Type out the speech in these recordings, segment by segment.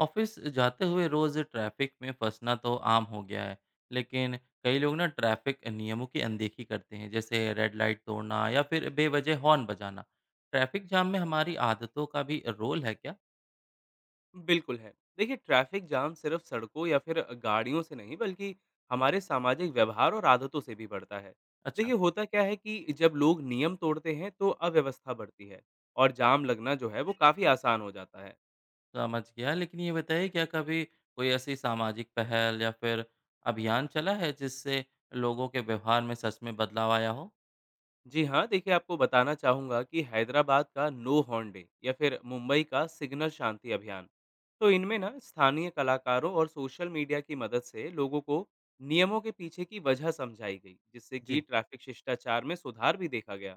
Office जाते हुए रोज traffic में फंसना तो आम हो गया है। लेकिन कई लोग ना ट्रैफिक नियमों की अनदेखी करते हैं, जैसे रेड लाइट तोड़ना या फिर बेवजह हॉर्न बजाना। ट्रैफिक जाम में हमारी आदतों का भी रोल है क्या? बिल्कुल है। देखिए, ट्रैफ़िक जाम सिर्फ़ सड़कों या फिर गाड़ियों से नहीं, बल्कि हमारे सामाजिक व्यवहार और आदतों से भी बढ़ता है। देखिए, अच्छा। होता क्या है कि जब लोग नियम तोड़ते हैं, तो अव्यवस्था बढ़ती है और जाम लगना जो है, वो काफ़ी आसान हो जाता है। समझ गया, लेकिन ये बताइए क्या कभी कोई ऐसी सामाजिक पहल या फिर अभियान चला है जिससे लोगों के व्यवहार में सच में बदलाव आया हो? जी हाँ, देखिए आपको बताना चाहूँगा कि हैदराबाद का नो हॉर्न डे या फिर मुंबई का सिग्नल शांति अभियान, तो इनमें ना स्थानीय कलाकारों और सोशल मीडिया की मदद से लोगों को नियमों के पीछे की वजह समझाई गई, जिससे कि जी ट्रैफ़िक शिष्टाचार में सुधार भी देखा गया।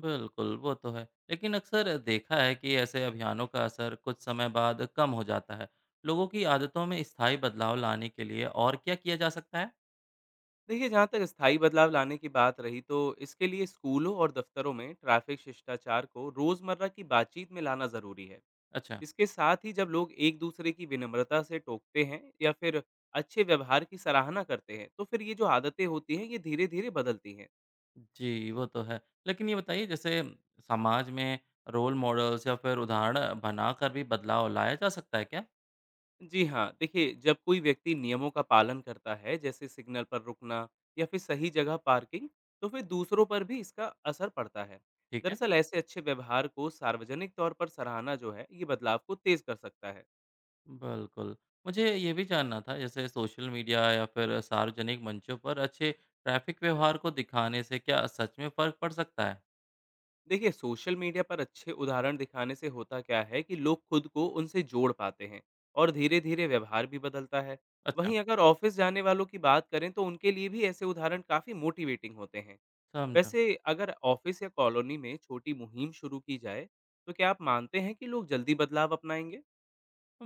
बिल्कुल, वो तो है। लेकिन अक्सर देखा है कि ऐसे अभियानों का असर कुछ समय बाद कम हो जाता है। लोगों की आदतों में स्थायी बदलाव लाने के लिए और क्या किया जा सकता है? देखिए जहाँ तक स्थायी बदलाव लाने की बात रही तो इसके लिए स्कूलों और दफ्तरों में ट्रैफिक शिष्टाचार को रोजमर्रा की बातचीत में लाना जरूरी है। अच्छा। इसके साथ ही जब लोग एक दूसरे की विनम्रता से टोकते हैं या फिर अच्छे व्यवहार की सराहना करते हैं तो फिर ये जो आदतें होती हैं ये धीरे धीरे बदलती हैं। जी, वो तो है। लेकिन ये बताइए, जैसे समाज में रोल मॉडल्स या फिर उदाहरण बनाकर भी बदलाव लाया जा सकता है क्या? जी हाँ, देखिए जब कोई व्यक्ति नियमों का पालन करता है, जैसे सिग्नल पर रुकना या फिर सही जगह पार्किंग, तो फिर दूसरों पर भी इसका असर पड़ता है। ठीक है। दरअसल ऐसे अच्छे व्यवहार को सार्वजनिक तौर पर सराहना जो है, ये बदलाव को तेज कर सकता है। बिल्कुल। मुझे ये भी जानना था, जैसे सोशल मीडिया या फिर सार्वजनिक मंचों पर अच्छे ट्रैफिक व्यवहार को दिखाने से क्या सच में फ़र्क पड़ सकता है? देखिए सोशल मीडिया पर अच्छे उदाहरण दिखाने से होता क्या है कि लोग खुद को उनसे जोड़ पाते हैं और धीरे-धीरे व्यवहार भी बदलता है। अच्छा। वहीं अगर ऑफिस जाने वालों की बात करें तो उनके लिए भी ऐसे उदाहरण काफी मोटिवेटिंग होते हैं। समझा। वैसे अगर ऑफिस या कॉलोनी में छोटी मुहिम शुरू की जाए, तो क्या आप मानते हैं कि लोग जल्दी बदलाव अपनाएंगे?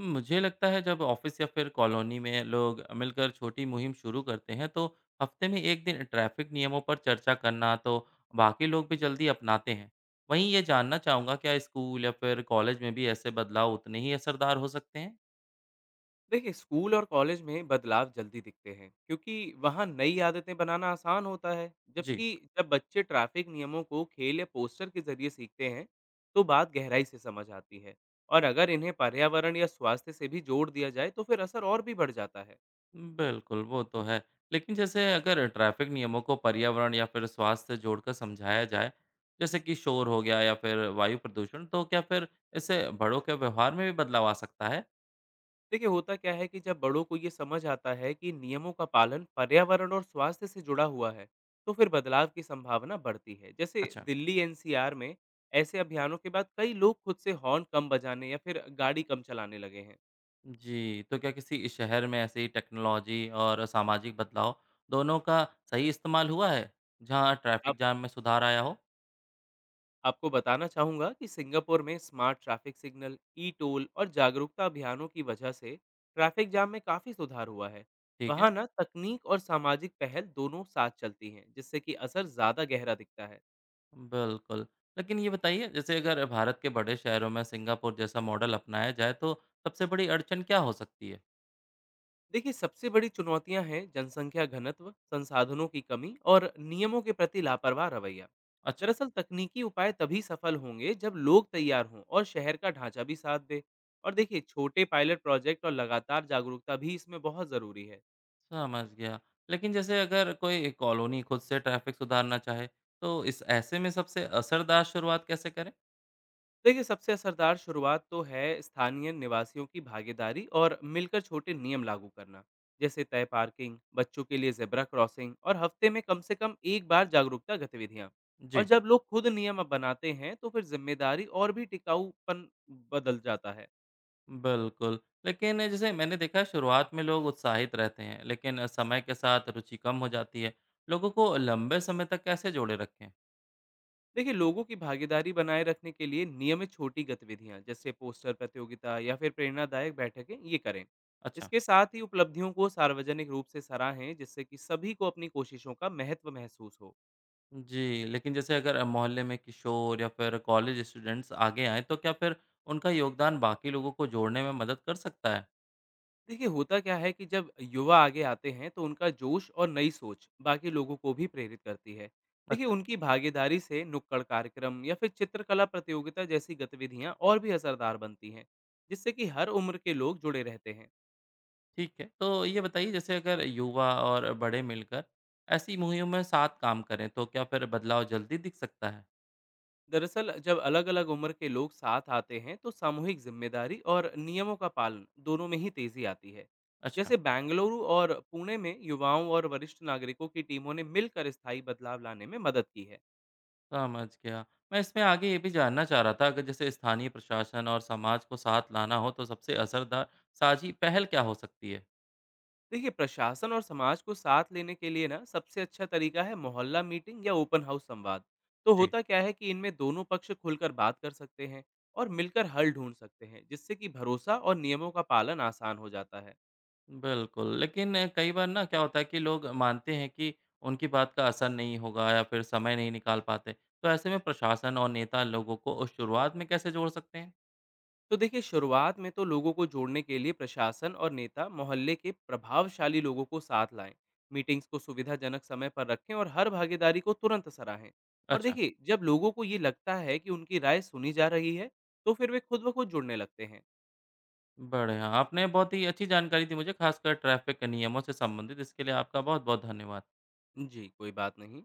मुझे लगता है जब ऑफिस या फिर कॉलोनी में लोग मिलकर छोटी मुहिम शुरू करते हैं, तो हफ्ते में एक दिन ट्रैफिक नियमों पर चर्चा करना, तो बाकी लोग भी जल्दी अपनाते हैं। वहीं ये जानना चाहूँगा, क्या स्कूल या फिर कॉलेज में भी ऐसे बदलाव उतने ही असरदार हो सकते हैं? देखिए, स्कूल और कॉलेज में बदलाव जल्दी दिखते हैं, क्योंकि वहाँ नई आदतें बनाना आसान होता है। जी। जबकि जब बच्चे ट्रैफिक नियमों को खेल या पोस्टर के जरिए सीखते हैं, तो बात गहराई से समझ आती है। और अगर इन्हें पर्यावरण या स्वास्थ्य से भी जोड़ दिया जाए, तो फिर असर और भी बढ़ जाता है। बिल्कुल वो तो है, लेकिन जैसे अगर ट्रैफिक नियमों को पर्यावरण या फिर स्वास्थ्य से जोड़कर समझाया जाए, जैसे कि शोर हो गया या फिर वायु प्रदूषण, तो क्या फिर इससे बड़ों के व्यवहार में भी बदलाव आ सकता है? देखिए होता क्या है कि जब बड़ों को ये समझ आता है कि नियमों का पालन पर्यावरण और स्वास्थ्य से जुड़ा हुआ है तो फिर बदलाव की संभावना बढ़ती है, जैसे अच्छा। दिल्ली एनसीआर में ऐसे अभियानों के बाद कई लोग खुद से हॉर्न कम बजाने या फिर गाड़ी कम चलाने लगे हैं। जी, तो क्या किसी शहर में ऐसी टेक्नोलॉजी और सामाजिक बदलाव दोनों का सही इस्तेमाल हुआ है, जहाँ आप ट्रैफ़िक जाम में सुधार आया हो? आपको बताना चाहूंगा कि सिंगापुर में smart traffic signal e toll और जागरूकता अभियानों की वजह से ट्रैफिक जाम में काफी सुधार हुआ है। ठीक है। वहां ना तकनीक और सामाजिक पहल दोनों साथ चलती हैं जिससे कि असर ज्यादा गहरा दिखता है। बिल्कुल। लेकिन ये बताइए, जैसे अगर भारत के बड़े शहरों में सिंगापुर जैसा मॉडल अपनाया जाए, तो सबसे बड़ी अड़चन क्या हो सकती है? देखिए सबसे बड़ी चुनौतियां हैं जनसंख्या घनत्व, संसाधनों की कमी और नियमों के प्रति लापरवाह रवैया। अच्छा। दरअसल तकनीकी उपाय तभी सफल होंगे जब लोग तैयार हों और शहर का ढांचा भी साथ दे। और देखिए छोटे पायलट प्रोजेक्ट और लगातार जागरूकता भी इसमें बहुत ज़रूरी है। समझ गया। लेकिन जैसे अगर कोई कॉलोनी खुद से ट्रैफ़िक सुधारना चाहे, तो इस ऐसे में सबसे असरदार शुरुआत कैसे करें? देखिए सबसे असरदार शुरुआत तो है स्थानीय निवासियों की भागीदारी और मिलकर छोटे नियम लागू करना, जैसे तय पार्किंग, बच्चों के लिए जेब्रा क्रॉसिंग और हफ्ते में कम से कम एक बार जागरूकता गतिविधियां। और जी। जब लोग खुद नियम बनाते हैं तो फिर जिम्मेदारी और भी टिकाऊपन बदल जाता है। बिल्कुल। लेकिन जैसे मैंने देखा है, शुरुआत में लोग उत्साहित रहते हैं, लेकिन समय के साथ रुचि कम हो जाती है। लोगों को लंबे समय तक कैसे जोड़े रखें? देखिए लोगों की भागीदारी बनाए रखने के लिए नियमित छोटी गतिविधियां जैसे पोस्टर प्रतियोगिता या फिर प्रेरणादायक बैठकें ये करें। अच्छा। इसके साथ ही उपलब्धियों को सार्वजनिक रूप से सराहें जिससे कि सभी को अपनी कोशिशों का महत्व महसूस हो। जी, लेकिन जैसे अगर मोहल्ले में किशोर या फिर कॉलेज स्टूडेंट्स आगे आएँ, तो क्या फिर उनका योगदान बाकी लोगों को जोड़ने में मदद कर सकता है? देखिए होता क्या है कि जब युवा आगे आते हैं तो उनका जोश और नई सोच बाकी लोगों को भी प्रेरित करती है। देखिए अच्छा। उनकी भागीदारी से नुक्कड़ कार्यक्रम या फिर चित्रकला प्रतियोगिता जैसी गतिविधियां और भी असरदार बनती हैं, जिससे कि हर उम्र के लोग जुड़े रहते हैं। ठीक है, तो ये बताइए, जैसे अगर युवा और बड़े मिलकर ऐसी मुहिम में साथ काम करें, तो क्या फिर बदलाव जल्दी दिख सकता है? दरअसल जब अलग अलग उम्र के लोग साथ आते हैं तो सामूहिक जिम्मेदारी और नियमों का पालन दोनों में ही तेजी आती है। अच्छा। जैसे बेंगलुरु और पुणे में युवाओं और वरिष्ठ नागरिकों की टीमों ने मिलकर स्थायी बदलाव लाने में मदद की है। समझ गया। मैं इसमें आगे ये भी जानना चाह रहा था, अगर जैसे स्थानीय प्रशासन और समाज को साथ लाना हो, तो सबसे असरदार साझी पहल क्या हो सकती है? देखिए प्रशासन और समाज को साथ लेने के लिए ना सबसे अच्छा तरीका है मोहल्ला मीटिंग या ओपन हाउस संवाद। तो जी होता क्या है कि इनमें दोनों पक्ष खुलकर बात कर सकते हैं और मिलकर हल ढूंढ सकते हैं जिससे कि भरोसा और नियमों का पालन आसान हो जाता है। बिल्कुल, लेकिन कई बार ना क्या होता है कि लोग मानते हैं कि उनकी बात का असर नहीं होगा या फिर समय नहीं निकाल पाते। तो ऐसे में प्रशासन और नेता लोगों को उस शुरुआत में कैसे जोड़ सकते हैं? तो देखिए शुरुआत में तो लोगों को जोड़ने के लिए प्रशासन और नेता मोहल्ले के प्रभावशाली लोगों को साथ लाएं, मीटिंग्स को सुविधाजनक समय पर रखें और हर भागीदारी को तुरंत सराहें। और अच्छा। देखिए जब लोगों को ये लगता है कि उनकी राय सुनी जा रही है तो फिर वे खुद ब खुद जुड़ने लगते हैं। बढ़िया, आपने बहुत ही अच्छी जानकारी दी मुझे, खासकर ट्रैफिक नियमों से संबंधित। इसके लिए आपका बहुत-बहुत धन्यवाद। जी कोई बात नहीं।